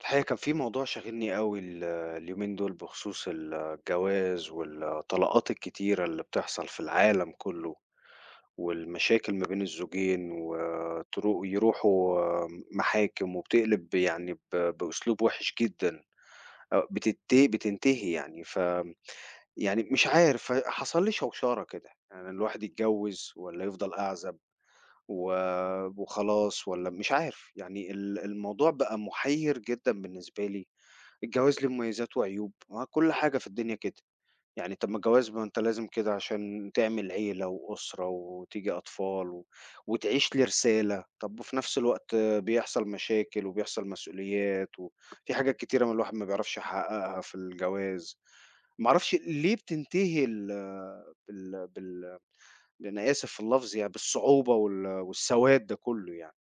الحقيقة كان في موضوع شاغلني أوي اليومين دول بخصوص الجواز والطلاقات الكتيرة اللي بتحصل في العالم كله، والمشاكل ما بين الزوجين وترو يروحوا محاكم وبتقلب يعني بأسلوب وِحِش جدًا، آه بتنتهي يعني يعني مش عارف حصل لي شوشرة كده، يعني الواحد يتجوّز والّا يفضل أعزب و وخلاص والّا مش عارف، يعني الموضوع بقى مُحيّر جدًا بالنسبة لي. الجواز ليه مميزات وعيوب، ما كل حاجة في الدنيا كده، يعني طب ما الجواز ما أنت لازم كده عشان تعمل عيلة وأسرة وتيجي أطفال وتعيش لرسالة، طب وفي نفس الوقت بيحصل مشاكل وبيحصل مسؤوليات وفي حاجات كتيرة ما الواحد ما بيعرفش يحققها في الجواز، ما أعرفش ليه بتنتهي ال بال بال أنا آسف في اللفظ يعني بالصعوبة والسواد ده كله يعني؟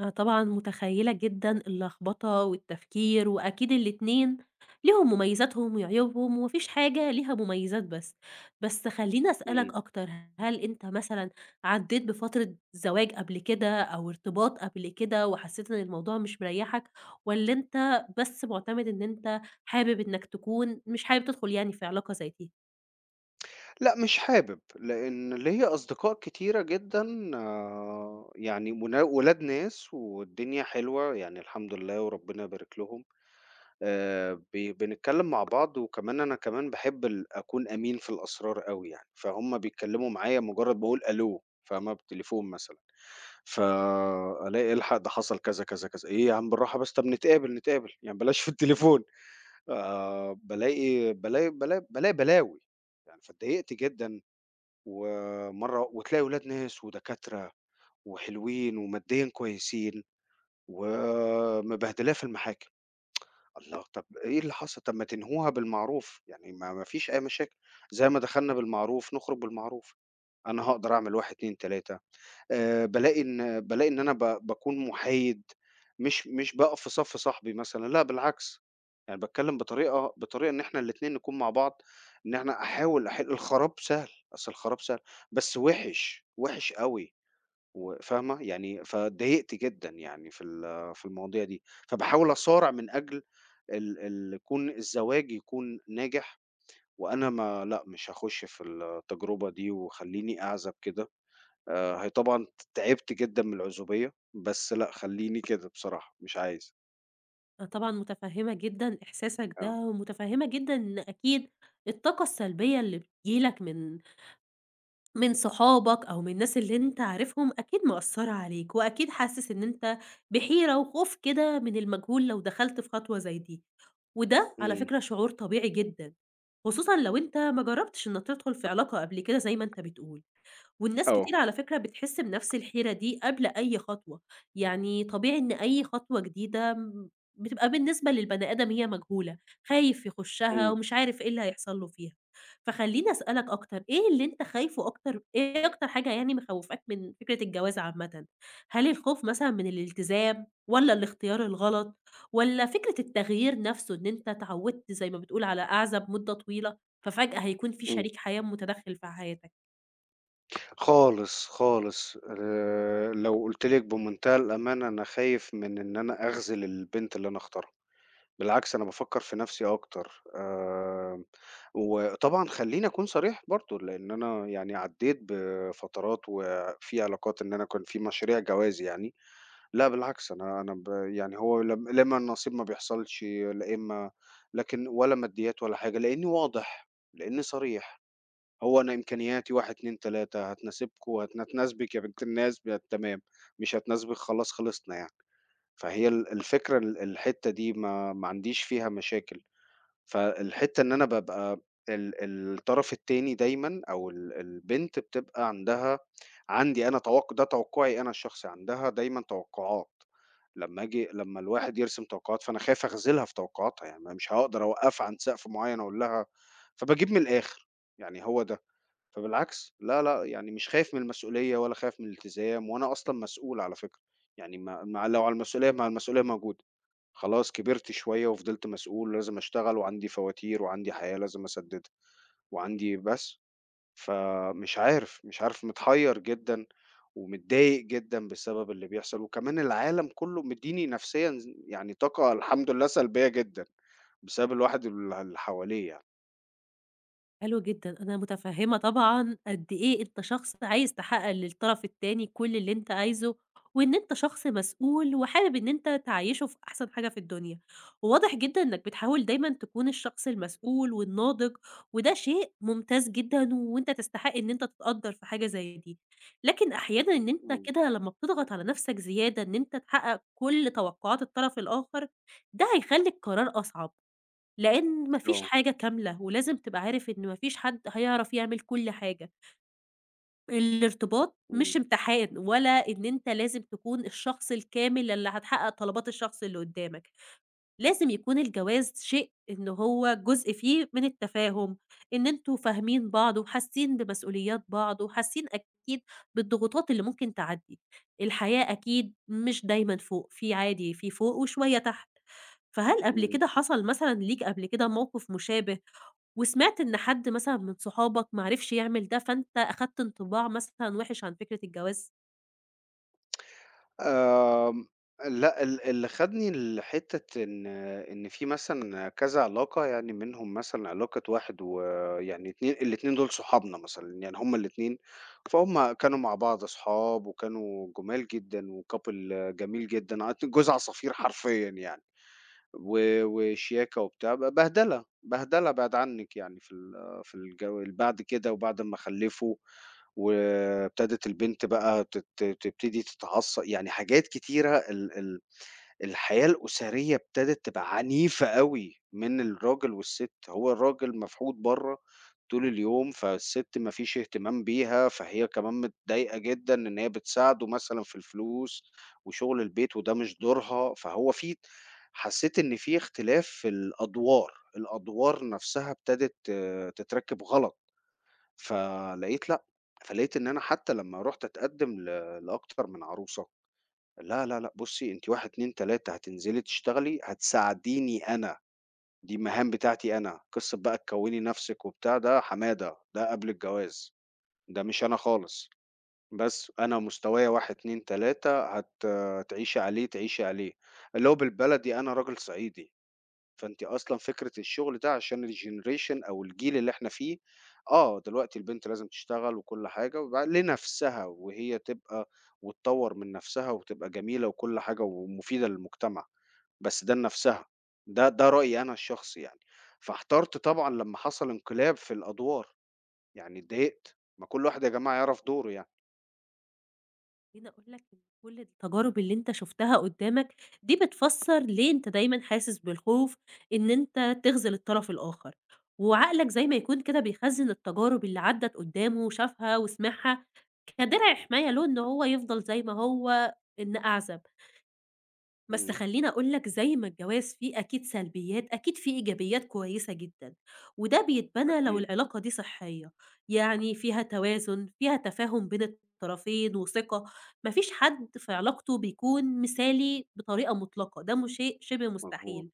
أنا طبعًا متخيّلة جدًا اللخبطة والتفكير، وأكيد الاتنين ليهم مميزاتهم وعيوبهم، وما فيش حاجة ليها مميزات بس. بس خلّيني إمم. أسألك أكتر. هل أنت مثلًا عدّيت بفترة زواج قبل كده أو ارتباط قبل كده وحسّيت إن الموضوع مش مريّحك، والّا أنت بس مُعتمد إن أنت حابب إنّك تكون مش حابب تدخل يعني في علاقة زي دي؟ لأ مش حابب، لإن ليّا أصدقاء كتيرة جدًا يعني ونا ولاد ناس والدنيا حلوة يعني الحمد لله وربنا يبارك لهم، ب بنتكلم مع بعض وكمان أنا كمان باحب أكون أمين في الأسرار أوي يعني، فهُم بيتكلموا معايا مجرد باقول ألو فاهمة؟ بالتليفون مثلًا، فألاقي الحق ده حصل كذا، كذا، كذا، إيه يا عم بالراحة بس طب نتقابل، نتقابل، يعني بلاش في التليفون، بالاقي بلاوي، يعني فاتضايقت جدًا ومرّة وتلاقي ولاد ناس ودكاترة وحلوين وماديًا كويسين، ومبهدلاه في المحاكم، الله! طب إيه اللي حصل؟ طب ما تنهوها بالمعروف، يعني ما فيش أي مشاكل، زي ما دخلنا بالمعروف نخرج بالمعروف، أنا هاقدر أعمل 1، 2، 3. بالاقي إن أنا ب باكون مُحايد، مش باقف في صَف صاحبي مثلًا، لأ بالعكس، يعني باتكلّم بطريقة إن إحنا الاتنين نكون مع بعض، إن إحنا أحاول أحِل الخراب سهل، أصل الخراب سهل، بس وِحِش، وِحِش أوي فاهمة، يعني فاتضايقت جدًا يعني في المواضيع دي، فباحاول أصارع من أجل ال ال يكون الزواج يكون ناجح وأنا ما لأ، مش هاخُش في التجربة دي وخلّيني أعزب كده. هي طبعًا تعبت جدًا من العزوبية، بس لأ خلّيني كده بصراحة، مش عايز. أنا طبعًا متفهّمة جدًا إحساسك ده، آه. ومتفهّمة جدًا إن أكيد الطاقة السلبية اللي بتيجي لك من صحابك أو من الناس اللي أنت عارفهم أكيد مأثّرة عليك، وأكيد حاسس إن أنت بحيرة وخوف كده من المجهول لو دخلت في خطوة زي دي، وده على إمم. فكرة شعور طبيعي جدًا، خصوصًا لو أنت ما جرّبتش إنك تدخل في علاقة قبل كده زي ما أنت بتقول. والناس كتير آه. على فكرة بتحس بنفس الحيرة دي قبل أي خطوة، يعني طبيعي إن أي خطوة جديدة بتبقى بالنسبة للبني آدم هي مجهولة، خايف يخشها إمم، ومش عارف إيه اللي هيحصل له فيها. فخلّيني أسألك أكتر، إيه اللي أنت خايفه أكتر؟ إيه أكتر حاجة يعني مخوّفاك من فكرة الجواز عامةً؟ هل الخوف مثلًا من الالتزام والّا الاختيار الغلط والّا فكرة التغيير نفسه إن أنت اتعودت زي ما بتقول على أعزب مدة طويلة، ففجأة هيكون في إمم. شريك حياة متدخل في حياتك؟ خالص، خالص. لو قُلت لِك بمنتهى الأمانة أنا خايف من إن أنا أخذل البنت اللي أنا اختارها، بالعكس أنا بافكّر في نَفْسي أكتر. وطبعًا خلّيني أكون صريح برضه، لإن أنا يعني عدّيت بفترات وفي علاقات إن أنا كان في مشاريع جواز يعني. لأ بالعكس، أنا أنا ب يعني هو لم لا إمّا النصيب ما بيحصلش، لا إمّا لكن ولا ماديات ولا حاجة، لإنّي واضح، لإنّي صريح، هو أنا إمكانياتي 1، 2، 3 هتناسبكم هتناسبِك وهتناسبك يا بنت الناس تمام، مش هتناسبِك خلاص خلصنا يعني. فهي الفكرة الحتّة دي ما عنديش فيها مشاكل، فالحتّة إن أنا بابقى ال الطرف التاني دايمًا أو البنت بتبقى عندها عندي أنا توقُّعي أنا الشخصي، عندها دايمًا توقُّعات. لمّا آجي لمّا الواحد يرسم توقعات، فأنا خايف أخذلها في توقعاتها، يعني أنا مش هاقدر أوقّفها عند سقف معيّن أقول لها، فباجيب من الآخر، يعني هو ده. فبالعكس لا، لأ، يعني مش خايف من المسؤولية ولا خايف من الالتزام وأنا أصلًا مسؤول على فكرة، يعني ما ما لو على المسؤولية ما هي المسؤولية موجودة، خلاص كبرت شوية وفضلت مسؤول ولازم أشتغل وعندي فواتير وعندي حياة لازم أسددها وعندي بس، فمش عارف، مش عارف متحيّر جدًا ومتضايق جدًا بسبب اللي بيحصل، وكمان العالم كله مدّيني نفسيًا يعني طاقة الحمد لله سلبية جدًا، بسبب الواحد اللي حواليه يعني. حلو جدًا. أنا متفهّمة طبعًا قد إيه أنت شخص عايز تحقق للطرف التاني كل اللي أنت عايزه، وإن أنت شخص مسؤول وحابب إن أنت تعيّشه في أحسن حاجة في الدنيا، وواضح جدًا إنك بتحاول دايمًا تكون الشخص المسؤول والناضج، وده شيء ممتاز جدًا وأنت تستحق إن أنت تتقدّر في حاجة زي دي، لكن أحيانًا إن أنت إمم، كده لمّا بتضغط على نفسك زيادة إن أنت تحقق كل توقعات الطرف الآخر، ده هيخلّي القرار أصعب. لإن ما فيش آه، حاجة كاملة، ولازم تبقى عارف إن ما فيش حد هيعرف يعمل كل حاجة. الارتباط إمم، مش امتحان، ولا إن أنت لازم تكون الشخص الكامل اللي هتحقق طلبات الشخص اللي قدامك. لازم يكون الجواز شيء إن هو جزء فيه من التفاهم، إن أنتم فاهمين بعض وحاسين بمسؤوليات بعض، وحاسين أكيد بالضغوطات اللي ممكن تعدّي. الحياة أكيد مش دايمًا فوق، في عادي، في فوق وشوية تحت. فهل قبل إمم. كده حصل مثلًا ليك قبل كده موقف مشابه؟ وسمعت إن حد مثلًا من صحابك ما عرفش يعمل ده، فأنت أخدت انطباع مثلًا وِحِش عن فكرة الجواز؟ آمم، لأ اللي خدني لحتّة إن في مثلًا كذا علاقة، يعني منهم مثلًا علاقة واحد ويعني اتنين الاتنين دول صحابنا مثلًا، يعني هُم الاتنين فهُم كانوا مع بعض صحاب، وكانوا جُمال جدًا وcouple جميل جدًا، عارف جوز عصافير حرفيًا يعني. و وشياكة وبتاع، بهدلة، بهدلة بعِد عنِّك يعني في الجو بعد كده وبعد أمّا خلّفوا وابتدت البنت بقى تبتدي تتعصب، يعني حاجات كتيرة ال ال الحياة الأسرية ابتدت تبقى عنيفة أوي من الراجل والست، هو الراجل مفحوط برّه طول اليوم، فالست ما فيش اهتمام بيها، فهي كمان متضايقة جدًا إن هي بتساعده مثلًا في الفلوس وشغل البيت وده مش دورها، فهو في حسيت إن في اختلاف في الأدوار، الأدوار نفسها ابتدت آه، تتركِّب غلط، فلقيت لأ، فلقيت إن أنا حتى لمّا رُحت أتقدّم لأكتر من عروسة لا، لا، لأ، بُصّي أنتِ 1، 2، 3 هتنزلي تشتغلي، هتساعديني أنا، دي المهام بتاعتي أنا، قصة بقى تكوّني نَفْسِك وبتاع ده حمادة، ده قبل الجواز، ده مش أنا خالص، بس أنا مستوايا 1، 2، 3 هتعيشي عليه، تعيشي عليه، اللي هو بالبلدي أنا راجل صعيدي. فأنتِ أصلًا فكرة الشغل ده عشان الgeneration أو الجيل اللي إحنا فيه، آه، دلوقتي البنت لازم تشتغل وكل حاجة لنَفْسها وهي تبقى وتطوّر من نَفْسها وتبقى جميلة وكل حاجة ومفيدة للمجتمع، بس ده لنَفْسها، ده رأيي أنا الشخصي يعني. فاحترت طبعًا لمّا حصل انقلاب في الأدوار، يعني اتضايقت، ما كل واحد يا جماعة يعرف دوره يعني. خلّيني أقول لك إن كل التجارب اللي أنت شُفتها قدّامك دي بتفسّر ليه أنت دايمًا حاسس بالخوف إن أنت تخذل الطرف الآخر، وعقلك زي ما يكون كده بيخزّن التجارب اللي عدّت قدّامه وشافها وسمعها كدرع حماية له إن هو يفضل زي ما هو إن أعزب. بس إمم، خلّيني أقول لك زي ما الجواز فيه أكيد سلبيات، أكيد فيه إيجابيات كويسة جدًا، وده بيتبنى لو أكيد، العلاقة دي صحية، يعني فيها توازن، فيها تفاهم بين الطرفين وثقة، ما فيش حد في علاقته بيكون مثالي بطريقة مطلقة، ده مش شيء شبه مضبوط. مستحيل.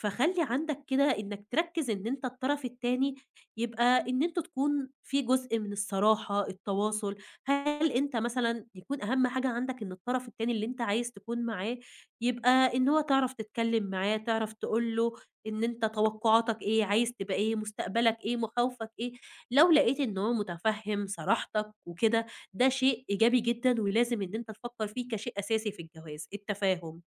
فخلّي عندك كده إنك تركّز إن أنت الطرف التاني يبقى إن أنتم تكون في جزء من الصراحة، التواصل. هل أنت مثلًا يكون أهم حاجة عندك إن الطرف التاني اللي أنت عايز تكون معاه يبقى إن هو تعرف تتكلّم معاه، تعرف تقول له إن أنت توقعاتك إيه، عايز تبقى إيه، مستقبلك إيه، مخاوفك إيه؟ لو لقيت إن هو مُتفهِّم صراحتك وكده، ده شيء إيجابي جدًا ولازم إن أنت تفكّر فيه كشيء أساسي في الجواز، التفاهم.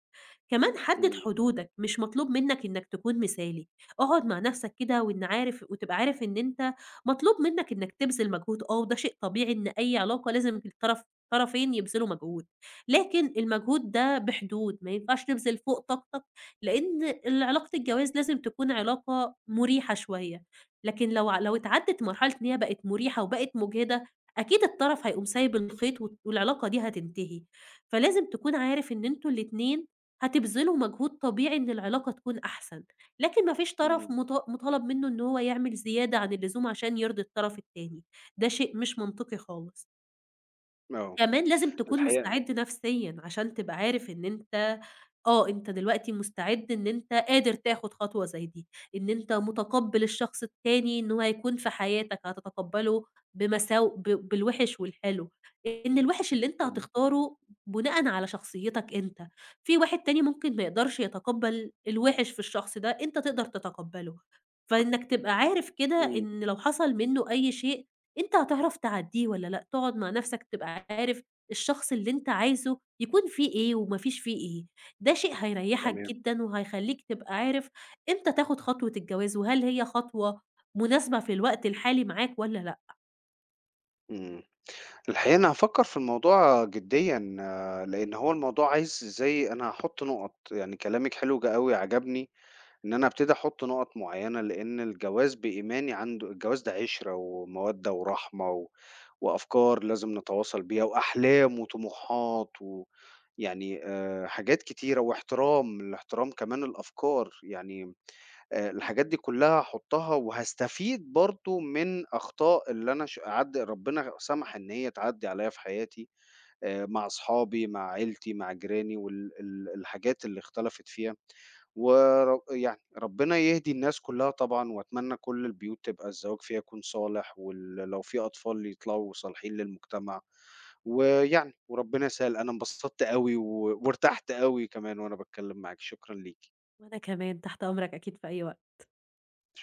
كمان حدد إمم، حدودك، مش مطلوب منك إنك تكون مثالي. اقعد مع نفسك كده وإن عارف وتبقى عارف إن أنت مطلوب منك إنك تبذل مجهود، وده شيء طبيعي إن أي علاقة لازم الطرفين يبذلوا مجهود، لكن المجهود ده بحدود، ما ينفعش تبذل فوق طاقتك، لإن علاقة الجواز لازم تكون علاقة مريحة شوية، لكن لو لو اتعدت مرحلة إن هي بقت مريحة وبقت مُجهدة، أكيد الطرف هيقوم سايب الخيط والعلاقة دي هتنتهي، فلازم تكون عارف إن أنتم الاتنين هتبذلوا مجهود طبيعي إن العلاقة تكون أحسن، لكن ما فيش طرف إمم، مطالب منه إن هو يعمل زيادة عن اللزوم عشان يرضي الطرف التاني، ده شيء مش منطقي خالص. آه، كمان لازم تكون الحقيقة مستعد نفسيًا، عشان تبقى عارف إن أنت، أنت دلوقتي مستعد إن أنت قادر تاخد خطوة زي دي، إن أنت متقبّل الشخص التاني إن هو هيكون في حياتك، هتتقبّله بمساو ب بالوِحِش والحلو، إن الوِحِش اللي أنت إمم، هتختاره بناءً على شخصيتك أنت، في واحد تاني ممكن ما يقدرش يتقبّل الوِحِش في الشخص ده، أنت تقدر تتقبّله، فإنّك تبقى عارف كده إمم، إن لو حصل منّه أي شيء أنت هتعرف تعدّيه والّا لأ. تقعد مع نَفْسك تبقى عارف الشخص اللي أنت عايزه يكون فيه إيه وما فيش فيه إيه، ده شيء هيريّحك تمام، جدًا وهيخلّيك تبقى عارف إمتى تاخُد خطوة الجواز، وهل هي خطوة مناسبة في الوقت الحالي معاك والّا لأ. إمم. الحقيقة أنا هافكّر في الموضوع جديًا، آه، لإن هو الموضوع عايز زي أنا هاحُط نُقط، يعني كلامِك حلو أوي عجبني، إن أنا أبتدي أحُط نُقط معيّنة، لإن الجواز بإيماني عنده الجواز ده عِشرة ومَوَدّة ورحمة وأفكار لازم نتواصل بيها وأحلام وطموحات يعني حاجات كتيرة واحترام، الاحترام كمان الأفكار، يعني الحاجات دي كلّها هاحطّها وهاستفيد برضه من أخطاء اللي أنا ش عد ربنا سَمَح إن هي تعدّي عليّا في حياتي، مع أصحابي، مع عيلتي، مع جيراني وال ال الحاجات اللي اختلفت فيها، يعني ربنا يهدي الناس كلّها طبعًا وأتمنى كل البيوت تبقى الزواج فيها يكون صالح لو في أطفال يطلعوا صالحين للمجتمع، ويعني وربنا يسهّل، أنا انبسطت أوي وارتحت أوي كمان وأنا باتكلّم معاكِ، شكرًا ليكِ. وأنا كمان تحت أمرك أكيد في أي وقت.